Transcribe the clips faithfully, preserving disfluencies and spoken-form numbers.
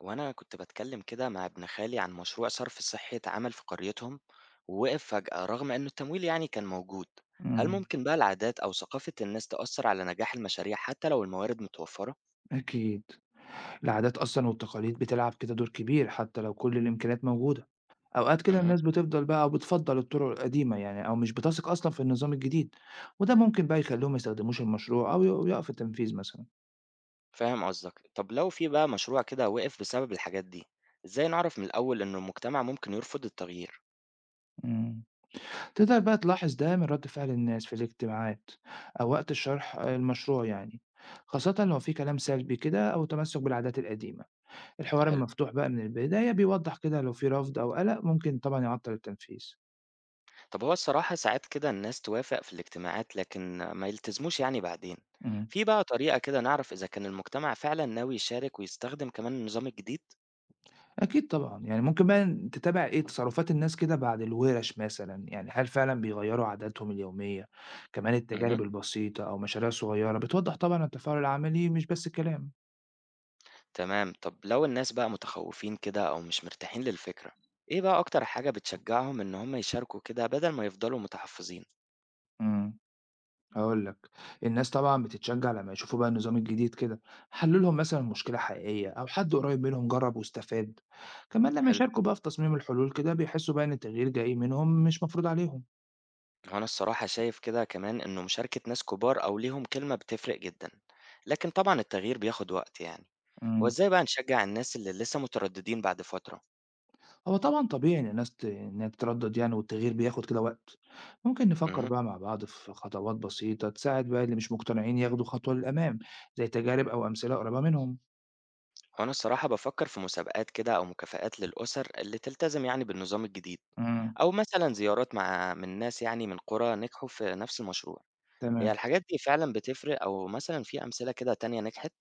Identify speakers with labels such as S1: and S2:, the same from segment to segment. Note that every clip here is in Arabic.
S1: وأنا كنت بتكلم كده مع ابن خالي عن مشروع صرف صحي اتعمل في قريتهم، ووقف فجأة رغم إنه التمويل يعني كان موجود. هل
S2: إمم،
S1: ممكن بقى العادات أو ثقافة الناس تأثر على نجاح المشاريع حتى لو الموارد متوفرة؟
S2: أكيد. العادات أصلًا والتقاليد بتلعب كده دور كبير حتى لو كل الإمكانيات موجودة، أوقات كده
S1: امم.
S2: الناس بتفضل بقى أو بتفضّل الطرق القديمة يعني أو مش بتثق أصلًا في النظام الجديد، وده ممكن بقى يخلّيهم ما يستخدموش المشروع أو ي يقف التنفيذ مثلًا.
S1: فاهم قصدك. طب لو في بقى مشروع كده وقف بسبب الحاجات دي، إزاي نعرف من الأول إنه المجتمع ممكن يرفض التغيير؟
S2: إمم، تقدر بقى تلاحظ ده من رد فعل الناس في الاجتماعات أو وقت الشرح آه، المشروع يعني، خاصةً لو في كلام سلبي كده أو تمسّك بالعادات القديمة. الحوار
S1: حلو.
S2: المفتوح بقى من البداية بيوضّح كده لو في رفض أو قلق ممكن طبعًا يعطّل التنفيذ.
S1: طب هو الصراحة ساعات كده الناس توافق في الاجتماعات لكن ما يلتزموش يعني بعدين.
S2: إمم.
S1: في بقى طريقة كده نعرف إذا كان المجتمع فعلا ناوي يشارك ويستخدم كمان النظام الجديد؟
S2: أكيد طبعًا، يعني ممكن بقى تتابع إيه، تصرفات الناس كده بعد الورش مثلًا، يعني هل فعلًا بيغيّروا عاداتهم اليومية؟ كمان
S1: اهم.
S2: التجارب البسيطة أو مشاريع صغيرة بتوضّح طبعًا التفاعل العملي مش بس الكلام.
S1: تمام، طب لو الناس بقى متخوّفين كده أو مش مرتاحين للفكرة، إيه بقى أكتر حاجة بتشجّعهم إن هم يشاركوا كده بدل ما يفضلوا متحفّظين؟
S2: إمم، هاقول لك، الناس طبعًا بتتشجع لمّا يشوفوا بقى النظام الجديد كده، حلّوا لهم مثلًا مشكلة حقيقية أو حد قريب منهم جرّب واستفاد، كمان لمّا
S1: حلو.
S2: يشاركوا بقى في تصميم الحلول كده بيحسوا بقى إن التغيير جاي منهم مش مفروض عليهم.
S1: هو أنا الصراحة شايف كده كمان إنه مشاركة ناس كبار أو ليهم كلمة بتفرق جدًا، لكن طبعًا التغيير بياخد وقت يعني. هو
S2: إمم.
S1: إزاي بقى نشجّع الناس اللي لسه متردّدين بعد فترة؟
S2: هو طبعًا طبيعي إن الناس ت إنها تتردّد يعني والتغيير بياخد كده وقت، ممكن نفكّر
S1: اهم.
S2: بقى مع بعض في خطوات بسيطة تساعد بقى اللي مش مقتنعين ياخدوا خطوة للأمام، زي تجارب أو أمثلة قريبة منهم.
S1: هو أنا الصراحة بافكّر في مسابقات كده أو مكافآت للأسر اللي تلتزم يعني بالنظام الجديد،
S2: إمم،
S1: أو مثلًا زيارات مع من ناس يعني من قرى نجحوا في نفس المشروع. هي
S2: تمام.
S1: الحاجات دي فعلًا بتفرق أو مثلًا في أمثلة كده تانية نجحت؟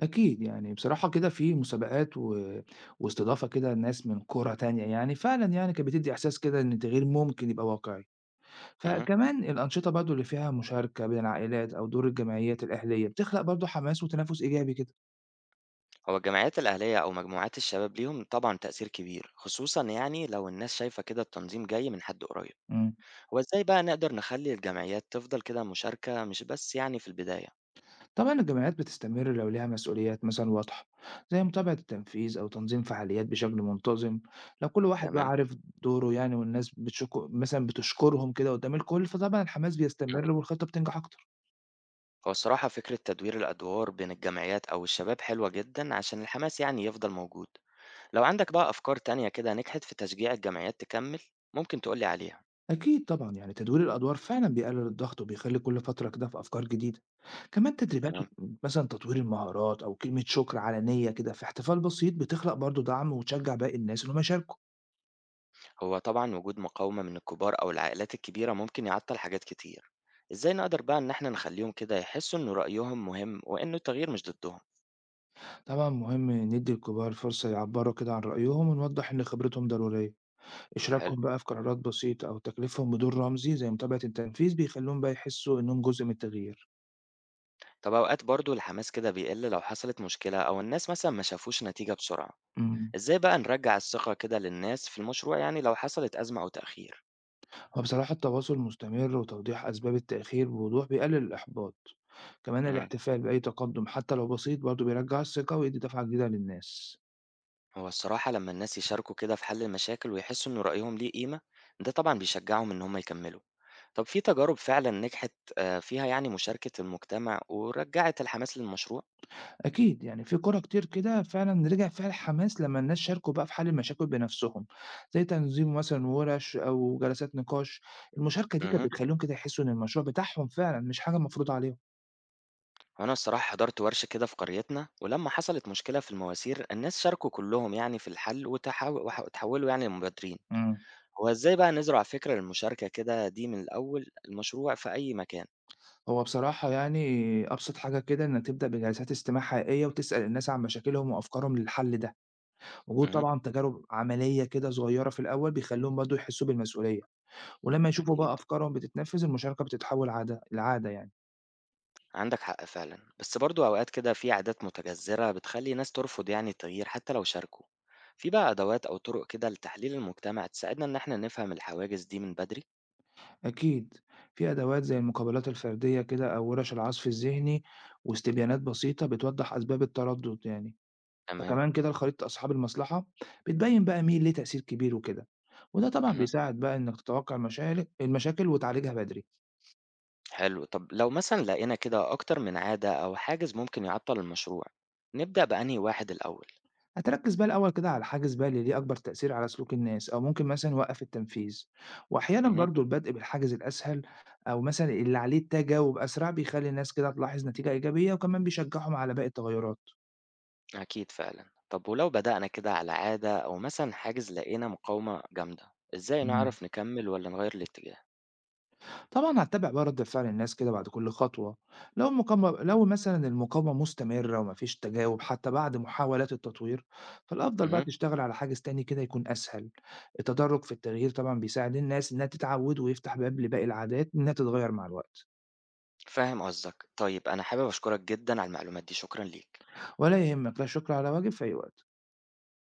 S2: أكيد يعني بصراحة كده في مسابقات و واستضافة كده لناس من قرى تانية يعني فعلًا يعني كانت بتدّي إحساس كده إن التغيير ممكن يبقى واقعي.
S1: اهم.
S2: فكمان الأنشطة برضه اللي فيها مشاركة بين العائلات أو دور الجمعيات الأهلية بتخلق برضه حماس وتنافس إيجابي كده.
S1: هو الجمعيات الأهلية أو مجموعات الشباب ليهم طبعًا تأثير كبير، خصوصًا يعني لو الناس شايفة كده التنظيم جاي من حد قريب.
S2: إمم.
S1: هو إزاي بقى نقدر نخلّي الجمعيات تفضل كده مشاركة مش بس يعني في البداية؟
S2: طبعا الجامعات بتستمر لو ليها مسؤوليات مثلا واضحة، زي متابعة التنفيذ أو تنظيم فعاليات بشكل منتظم. لو كل واحد بقى
S1: تمام.
S2: عارف دوره يعني والناس بتشكر مثلا بتشكرهم كده قدام الكل فطبعا الحماس
S1: إمم.
S2: بيستمر والخطة بتنجح أكتر.
S1: هو الصراحة فكرة تدوير الأدوار بين الجمعيات أو الشباب حلوة جدًا عشان الحماس يعني يفضل موجود. لو عندك بقى أفكار تانية كده نجحت في تشجيع الجمعيات تكمّل، ممكن تقول لي عليها.
S2: أكيد طبعا يعني تدوير الأدوار فعلا بيقلل الضغط وبيخلي كل فترة كده في أفكار جديدة. كمان تدريبات
S1: تمام.
S2: وت- مثلا تطوير المهارات أو كلمة شكر علنية كده في احتفال بسيط بتخلق برضو دعم وتشجع باقي الناس إنهم يشاركوا.
S1: هو طبعا وجود مقاومة من الكبار أو العائلات الكبيرة ممكن يعطل حاجات كتير. إزاي نقدر بقى إن إحنا نخليهم كده يحسوا إن رأيهم مهم وإنه التغيير مش ضدهم؟
S2: طبعا مهم ندي الكبار فرصة يعبروا كده عن رأيهم ونوضح إن خبرتهم ضرورية.
S1: حلو.
S2: إشراكهم بقى في قرارات بسيطة أو تكليفهم بدور رمزي زي متابعة التنفيذ بيخليهم بقى يحسوا إنهم جزء من التغيير.
S1: طب أوقات برضو الحماس كده بيقل لو حصلت مشكلة أو الناس مثلا ما شافوش نتيجة بسرعة.
S2: امم
S1: إزاي بقى نرجع الثقة كده للناس في المشروع يعني لو حصلت أزمة أو تأخير؟
S2: وبصراحة التواصل المستمر وتوضيح أسباب التأخير بوضوح بيقلل الإحباط. كمان
S1: مم.
S2: الاحتفال بأي تقدم حتى لو بسيط برضه بيرجع الثقة ويدي دفعة جديدة للناس.
S1: هو الصراحة لما الناس يشاركوا كده في حل المشاكل ويحسوا إن رأيهم ليه قيمة، ده طبعا بيشجعهم إن هم يكملوا. طب في تجارب فعلا نجحت آه، فيها يعني مشاركة المجتمع ورجعت الحماس للمشروع؟
S2: أكيد يعني في قرى كتير كده فعلا رجع فيها الحماس لما الناس شاركوا بقى في حل المشاكل بنفسهم، زي تنظيم مثلا ورش أو جلسات نقاش. المشاركة دي كانت
S1: مه.
S2: بتخليهم كده يحسوا إن المشروع بتاعهم فعلا مش حاجة مفروضة
S1: وأنا الصراحة حضرت ورشة كده في قريتنا، ولما حصلت مشكلة في المواسير الناس شاركوا كلهم يعني في الحل وتحاو- وح- وتحولوا يعني لمبادرين.
S2: عليهم.
S1: هو إزاي بقى نزرع فكرة المشاركة كده دي من الأول المشروع في أي مكان؟
S2: هو بصراحة يعني أبسط حاجة كده إنك تبدأ بجلسات استماع حقيقية وتسأل الناس عن مشاكلهم وأفكارهم للحل ده، وجود
S1: مه.
S2: طبعا تجارب عملية كده صغيرة في الأول بيخليهم برضه يحسوا بالمسؤولية، ولما يشوفوا
S1: أكيد.
S2: بقى أفكارهم بتتنفذ المشاركة بتتحول عادة لعادة يعني،
S1: عندك حق فعلا بس برضو أوقات كده في عادات متجذرة بتخلي ناس ترفض يعني التغيير حتى لو شاركوا. في بقى أدوات أو طرق كده لتحليل المجتمع تساعدنا إن احنا نفهم الحواجز دي من بدري؟
S2: أكيد. في أدوات زي المقابلات الفردية كده أو ورش العزف الذهني واستبيانات بسيطة بتوضح أسباب التردد يعني،
S1: تمام.
S2: فكمان كده خريطة أصحاب المصلحة بتبين بقى مين ليه تأثير كبير وكده، وده طبعا
S1: مه.
S2: بيساعد بقى إنك تتوقع المشاكل المشاكل وتعالجها بدري.
S1: حلو. طب لو مثلا لقينا كده أكتر من عادة أو حاجز ممكن يعطل المشروع، نبدأ بأنهي واحد الأول؟
S2: هتركز بقى الأول كده على حاجز بقى اللي ليه أكبر تأثير على سلوك الناس أو ممكن مثلا وقف التنفيذ، وأحيانا
S1: مه.
S2: برضو البدء بالحاجز الأسهل أو مثلا اللي عليه التجاوب أسرع بيخلي الناس كده تلاحظ نتيجة إيجابية وكمان بيشجعهم على باقي التغيرات.
S1: أكيد فعلا. طب ولو بدأنا كده على عادة أو مثلا حاجز لقينا مقاومة جامدة، إزاي
S2: مم.
S1: نعرف نكمل ولا نغير الاتجاه؟
S2: طبعًا هاتّبع بقى رد فعل الناس كده بعد كل خطوة، لو المقاومة لو مثلًا المقاومة مستمرة وما فيش تجاوب حتى بعد محاولات التطوير، فالأفضل بقى
S1: مه.
S2: تشتغل على حاجز تاني كده يكون أسهل. التدرج في التغيير طبعًا بيساعد الناس إنها تتعود ويفتح باب لباقي العادات إنها تتغير مع الوقت.
S1: فاهم قصدك. طيب أنا حابب أشكرك جدًا على المعلومات دي، شكرًا ليك.
S2: ولا يهمك، لا شكر على واجب، في أي وقت.